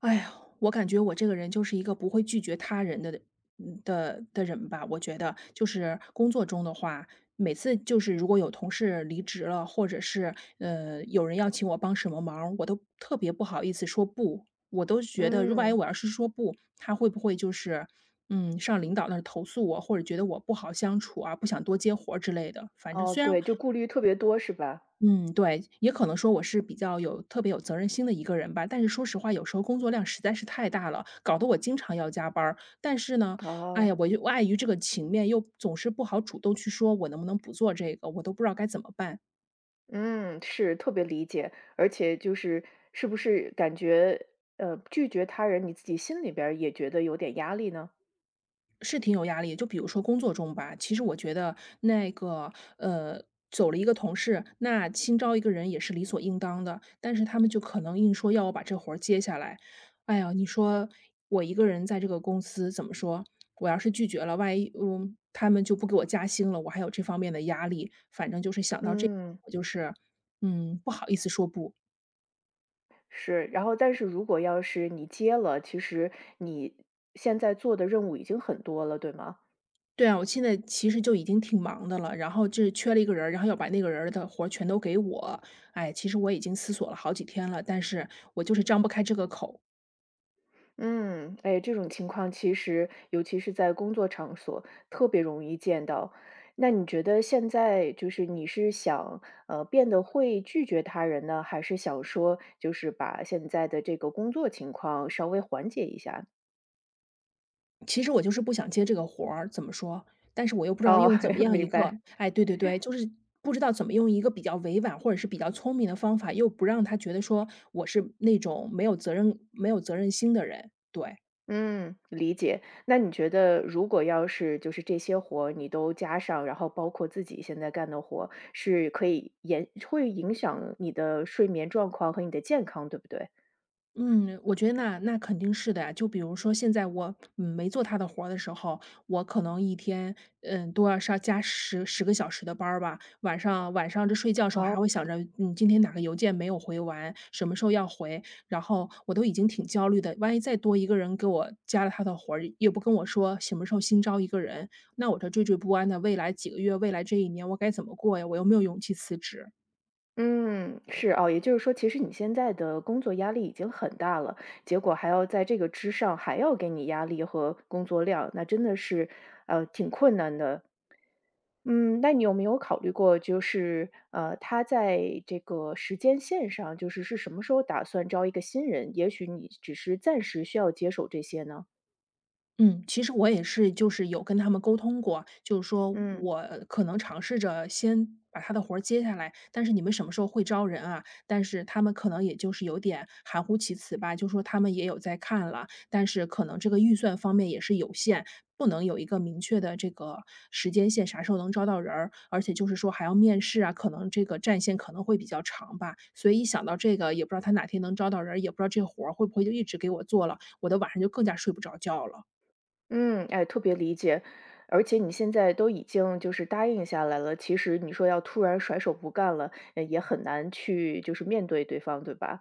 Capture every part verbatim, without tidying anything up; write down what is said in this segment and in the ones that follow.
哎呀，我感觉我这个人就是一个不会拒绝他人的嗯的的人吧。我觉得就是工作中的话，每次就是如果有同事离职了，或者是呃有人要请我帮什么忙，我都特别不好意思说不。我都觉得，如果哎嗯。我要是说不，他会不会就是嗯上领导那儿投诉我，或者觉得我不好相处啊，不想多接活儿之类的。反正哦，虽然对，就顾虑特别多是吧？嗯，对，也可能说我是比较有特别有责任心的一个人吧，但是说实话，有时候工作量实在是太大了，搞得我经常要加班儿。但是呢，哎哦。呀，我又碍于这个情面，又总是不好主动去说我能不能不做这个，我都不知道该怎么办。嗯，是，特别理解。而且就是是不是感觉，呃，拒绝他人，你自己心里边儿也觉得有点压力呢？是挺有压力。就比如说工作中吧，其实我觉得那个呃，走了一个同事，那新招一个人也是理所应当的，但是他们就可能硬说要我把这活儿接下来。哎呀，你说我一个人在这个公司怎么说？我要是拒绝了，万一嗯他们就不给我加薪了，我还有这方面的压力。反正就是想到这，嗯，我就是嗯不好意思说不。是。然后但是如果要是你接了，其实你现在做的任务已经很多了，对吗？对啊，我现在其实就已经挺忙的了，然后就是缺了一个人儿然后要把那个人儿的活儿全都给我。哎，其实我已经思索了好几天了，但是我就是张不开这个口。嗯，哎，这种情况其实尤其是在工作场所特别容易见到。那你觉得现在就是你是想，呃，变得会拒绝他人呢，还是想说就是把现在的这个工作情况稍微缓解一下？其实我就是不想接这个活儿，怎么说？但是我又不知道哦，用怎么 样一明个白。哎，对对对，就是不知道怎么用一个比较委婉或者是比较聪明的方法，又不让他觉得说我是那种没有责任、没有责任心的人。对。嗯，理解。那你觉得如果要是就是这些活儿你都加上，然后包括自己现在干的活，是可以延会影响你的睡眠状况和你的健康，对不对？嗯，我觉得那那肯定是的呀。就比如说现在我，嗯没做他的活儿的时候，我可能一天，嗯，都要上加十十个小时的班儿吧。晚上晚上这睡觉的时候还哦。会想着，嗯，今天哪个邮件没有回完，什么时候要回，然后我都已经挺焦虑的。万一再多一个人给我加了他的活儿，也不跟我说什么时候新招一个人，那我这惴惴不安的未来几个月，未来这一年我该怎么过呀？我又没有勇气辞职。嗯，是哦，也就是说，其实你现在的工作压力已经很大了，结果还要在这个之上，还要给你压力和工作量，那真的是，呃，挺困难的。嗯，那你有没有考虑过，就是呃，他在这个时间线上，就是是什么时候打算招一个新人？也许你只是暂时需要接手这些呢？嗯，其实我也是，就是有跟他们沟通过，就是说嗯。我可能尝试着先把他的活儿接下来，但是你们什么时候会招人啊？但是他们可能也就是有点含糊其辞吧，就说他们也有在看了，但是可能这个预算方面也是有限，不能有一个明确的这个时间线，啥时候能招到人儿，而且就是说还要面试啊，可能这个战线可能会比较长吧。所以一想到这个，也不知道他哪天能招到人儿，也不知道这活儿会不会就一直给我做了，我的晚上就更加睡不着觉了。嗯，哎，特别理解。而且你现在都已经就是答应下来了，其实你说要突然甩手不干了，呃也很难去就是面对对方，对吧？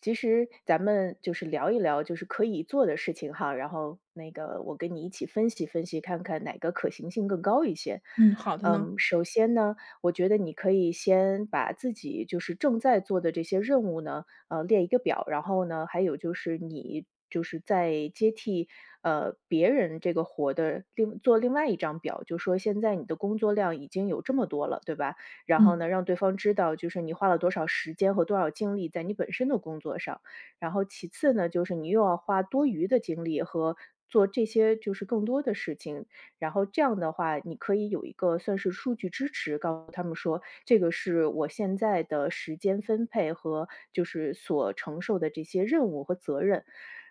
其实咱们就是聊一聊，就是可以做的事情哈，然后那个我跟你一起分析分析，看看哪个可行性更高一些。嗯，好的呢。嗯，首先呢，我觉得你可以先把自己就是正在做的这些任务呢，呃，列一个表。然后呢，还有就是你就是在接替呃别人这个活的另做另外一张表，就说现在你的工作量已经有这么多了，对吧？然后嗯，呢，让对方知道就是你花了多少时间和多少精力在你本身的工作上。然后其次呢，就是你又要花多余的精力和做这些就是更多的事情，然后这样的话，你可以有一个算是数据支持，告诉他们说，这个是我现在的时间分配和就是所承受的这些任务和责任。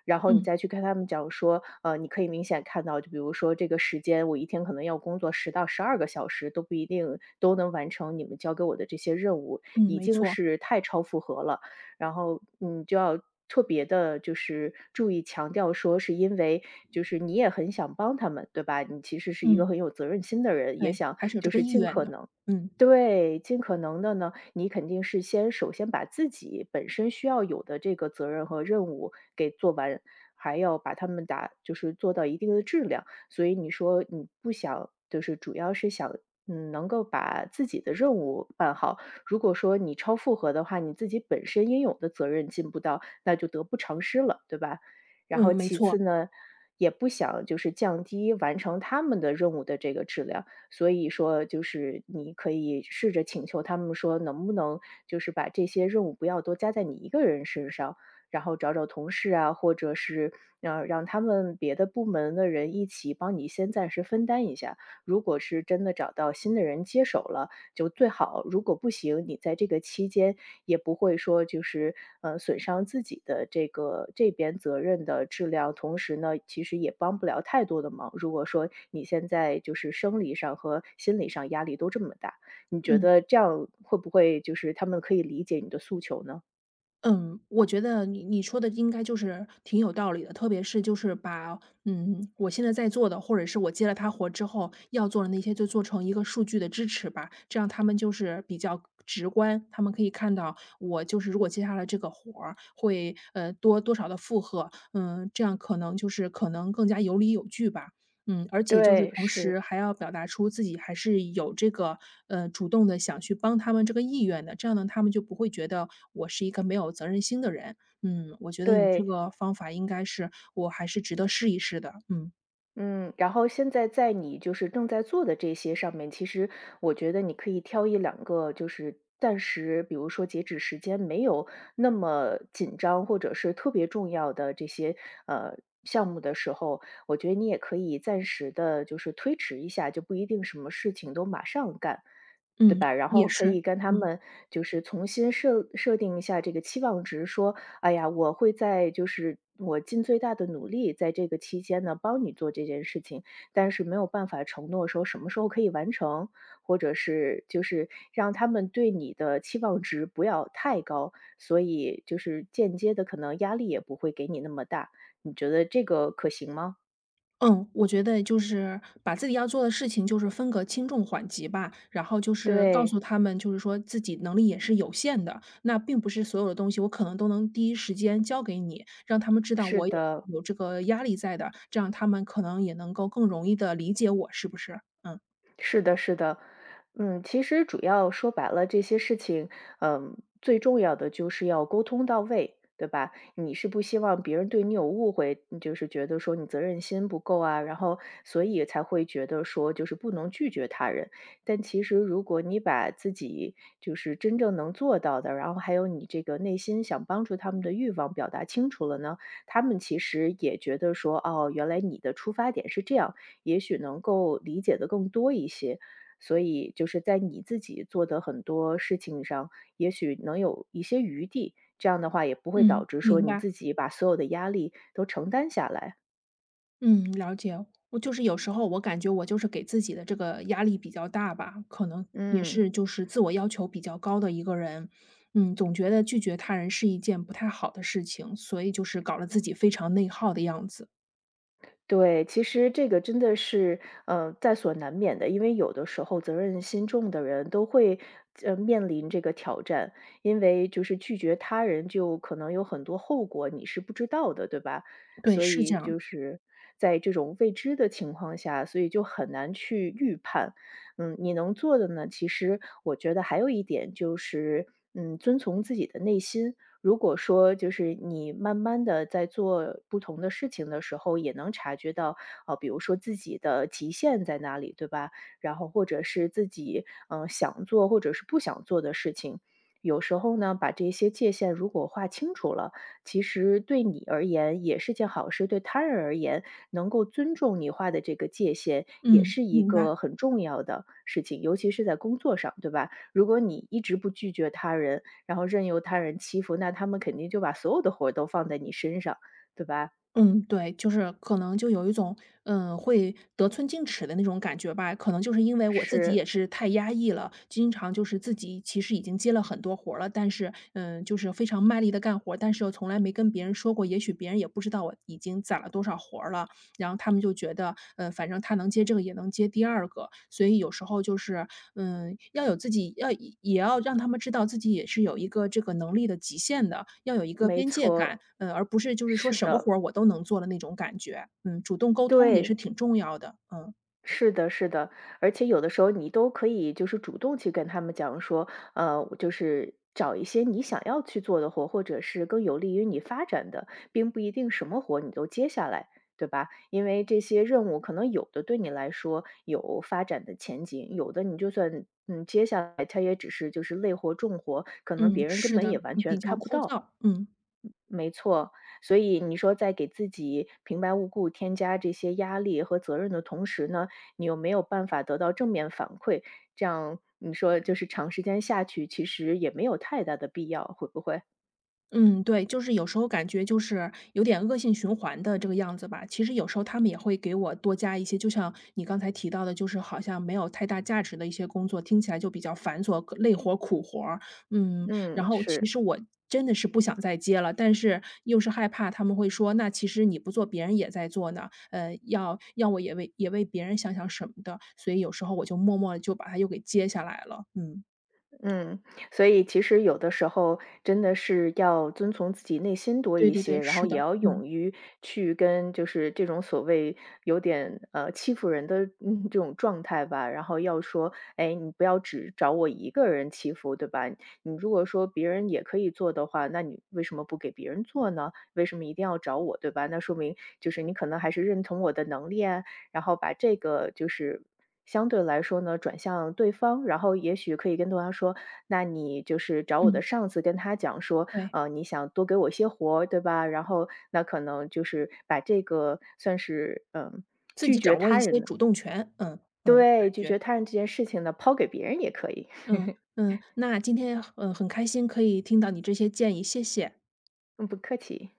然后你嗯，再去跟他们讲说，呃，你可以明显看到，就比如说这个时间，我一天可能要工作十到十二个小时，都不一定都能完成你们交给我的这些任务，嗯，已没经错。是太超负荷了。然后，你就要特别的，就是注意强调说是因为就是你也很想帮他们，对吧？你其实是一个嗯，很有责任心的人，也对，想还是有就这个是意尽愿可的。能嗯，对，尽可能的呢，你肯定是先首先把自己本身需要有的这个责任和任务给做完，还要把他们打，就是做到一定的质量。所以你说你不想就是主要是想，嗯，能够把自己的任务办好，如果说你超负荷的话，你自己本身应有的责任尽不到，那就得不偿失了，对吧？然嗯，后没其错。次呢，也不想就是降低完成他们的任务的这个质量，所以说就是你可以试着请求他们说，能不能就是把这些任务不要都加在你一个人身上，然后找找同事啊，或者是呃让他们别的部门的人一起帮你先暂时分担一下。如果是真的找到新的人接手了，就最好如果不行，你在这个期间也不会说就是，呃，损伤自己的这个这边责任的质量，同时呢，其实也帮不了太多的忙。如果说你现在就是生理上和心理上压力都这么大，你觉嗯，得这样会不会就是他们可以理解你的诉求呢？嗯，我觉得你你说的应该就是挺有道理的，特别是就是把，嗯，我现在在做的，或者是我接了他活之后要做的那些，就做成一个数据的支持吧，这样他们就是比较直观，他们可以看到我就是如果接下来这个活儿会，呃，多多少的负荷，嗯，这样可能就是可能更加有理有据吧。嗯，而且就是对，同是，时还要表达出自己还是有这个，呃，主动的想去帮他们这个意愿的，这样呢，他们就不会觉得我是一个没有责任心的人。嗯，我觉得你这对。个方法应该是我还是值得试一试的。嗯，嗯，然后现在在你就是正在做的这些上面，其实我觉得你可以挑一两个，就是暂时，比如说截止时间没有那么紧张，或者是特别重要的这些呃项目的时候，我觉得你也可以暂时的，就是推迟一下，就不一定什么事情都马上干。对嗯，吧？然也后可以是，跟他嗯。们就是重新设设定一下这个期望值，说哎呀，我会在就是我尽最大的努力，在这个期间呢，帮你做这件事情，但是没有办法承诺说什么时候可以完成，或者是就是让他们对你的期望值不要太高，所以就是间接的可能压力也不会给你那么大，你觉得这个可行吗？嗯，我觉得就是把自己要做的事情就是分个轻重缓急吧，然后就是告对，诉他们，就是说自己能力也是有限的，那并不是所有的东西我可能都能第一时间交给你，让他们知道是我也的。有这个压力在的，这样他们可能也能够更容易的理解我，是不是？嗯，是的，是的，嗯，其实主要说白了，这些事情，嗯，最重要的就是要沟通到位，对吧？你是不希望别人对你有误会，你就是觉得说你责任心不够啊，然后所以才会觉得说就是不能拒绝他人。但其实如果你把自己就是真正能做到的，然后还有你这个内心想帮助他们的欲望表达清楚了呢，他们其实也觉得说，哦，原来你的出发点是这样。也许能够理解的更多一些。所以就是在你自己做的很多事情上，也许能有一些余地，这样的话也不会嗯，导致说明你白。自己把所有的压力都承担下来。嗯，了解。我就是有时候我感觉我就是给自己的这个压力比较大吧，可能也嗯。是就是自我要求比较高的一个人。嗯，总觉得拒绝他人是一件不太好的事情，所以就是搞得自己非常内耗的样子。对，其实这个真的是，呃，在所难免的，因为有的时候责任心重的人都会，呃，面临这个挑战，因为就是拒绝他人就可能有很多后果你是不知道的，对吧？对，所是这以样。就是在这种未知的情况下，所以就很难去预判。嗯，你能做的呢，其实我觉得还有一点就是，嗯，遵从自己的内心。如果说就是你慢慢的在做不同的事情的时候，也能察觉到，啊，比如说自己的极限在哪里，对吧？然后或者是自己，嗯呃想做或者是不想做的事情。有时候呢，把这些界限如果划清楚了，其实对你而言也是件好事，对他人而言，能够尊重你画的这个界限，也嗯，是一明白。个很重要的事情，尤其是在工作上，对吧？如果你一直不拒绝他人，然后任由他人欺负，那他们肯定就把所有的活儿都放在你身上，对吧？嗯，对，就是可能就有一种，嗯，会得寸进尺的那种感觉吧。可能就是因为我自己是，也是太压抑了，经常就是自己其实已经接了很多活儿了，但是，嗯，就是非常卖力的干活儿但是又从来没跟别人说过，也许别人也不知道我已经攒了多少活儿了。然后他们就觉得，呃，反正他能接这个也能接第二个，所以有时候就是，嗯，要有自己要也要让他们知道自己也是有一个这个能力的极限的，要有一个没边界感，错，嗯，而不是就是说是什么的，活儿我都能做的那种感觉。嗯，主动沟通也对。是挺重要的，嗯，是的，是的，而且有的时候你都可以就是主动去跟他们讲说，呃，就是找一些你想要去做的活，或者是更有利于你发展的，并不一定什么活你都接下来，对吧？因为这些任务可能有的对你来说有发展的前景，有的你就算嗯接下来，它也只是就是累活重活，可能嗯，别人根是本的，也完比全较看不枯到。燥，嗯。没错，所以你说在给自己平白无故添加这些压力和责任的同时呢，你又没有办法得到正面反馈，这样你说就是长时间下去，其实也没有太大的必要，会不会？嗯，对，就是有时候感觉就是有点恶性循环的这个样子吧。其实有时候他们也会给我多加一些，就像你刚才提到的，就是好像没有太大价值的一些工作，听起来就比较繁琐、累活、苦活儿嗯，然嗯，后其是。实我真的是不想再接了，但是又是害怕他们会说，那其实你不做，别人也在做呢。呃，要要我也为也为别人想想什么的，所以有时候我就默默地就把它又给接下来了。嗯，嗯，所以其实有的时候真的是要遵从自己内心多对一对对，些，然后是也的，要嗯勇于去跟就是这种所谓有点呃欺负人的嗯这种状态吧，然后要说，哎，你不要只找我一个人欺负，对吧？你如果说别人也可以做的话，那你为什么不给别人做呢？为什么一定要找我，对吧？那说明就是你可能还是认同我的能力啊，然后把这个就是相对来说呢，转向对方，然后也许可以跟对方说，那你就是找我的嗯，上司跟他讲说，对。呃，你想多给我些活儿对吧？然后那可能就是把这个算是嗯自拒己绝掌握一他些人的主动权，嗯，嗯，感对，拒觉，绝他人这件事情呢，抛给别人也可以，嗯，嗯，那今天，呃，很开心可以听到你这些建议，谢谢。嗯，不客气。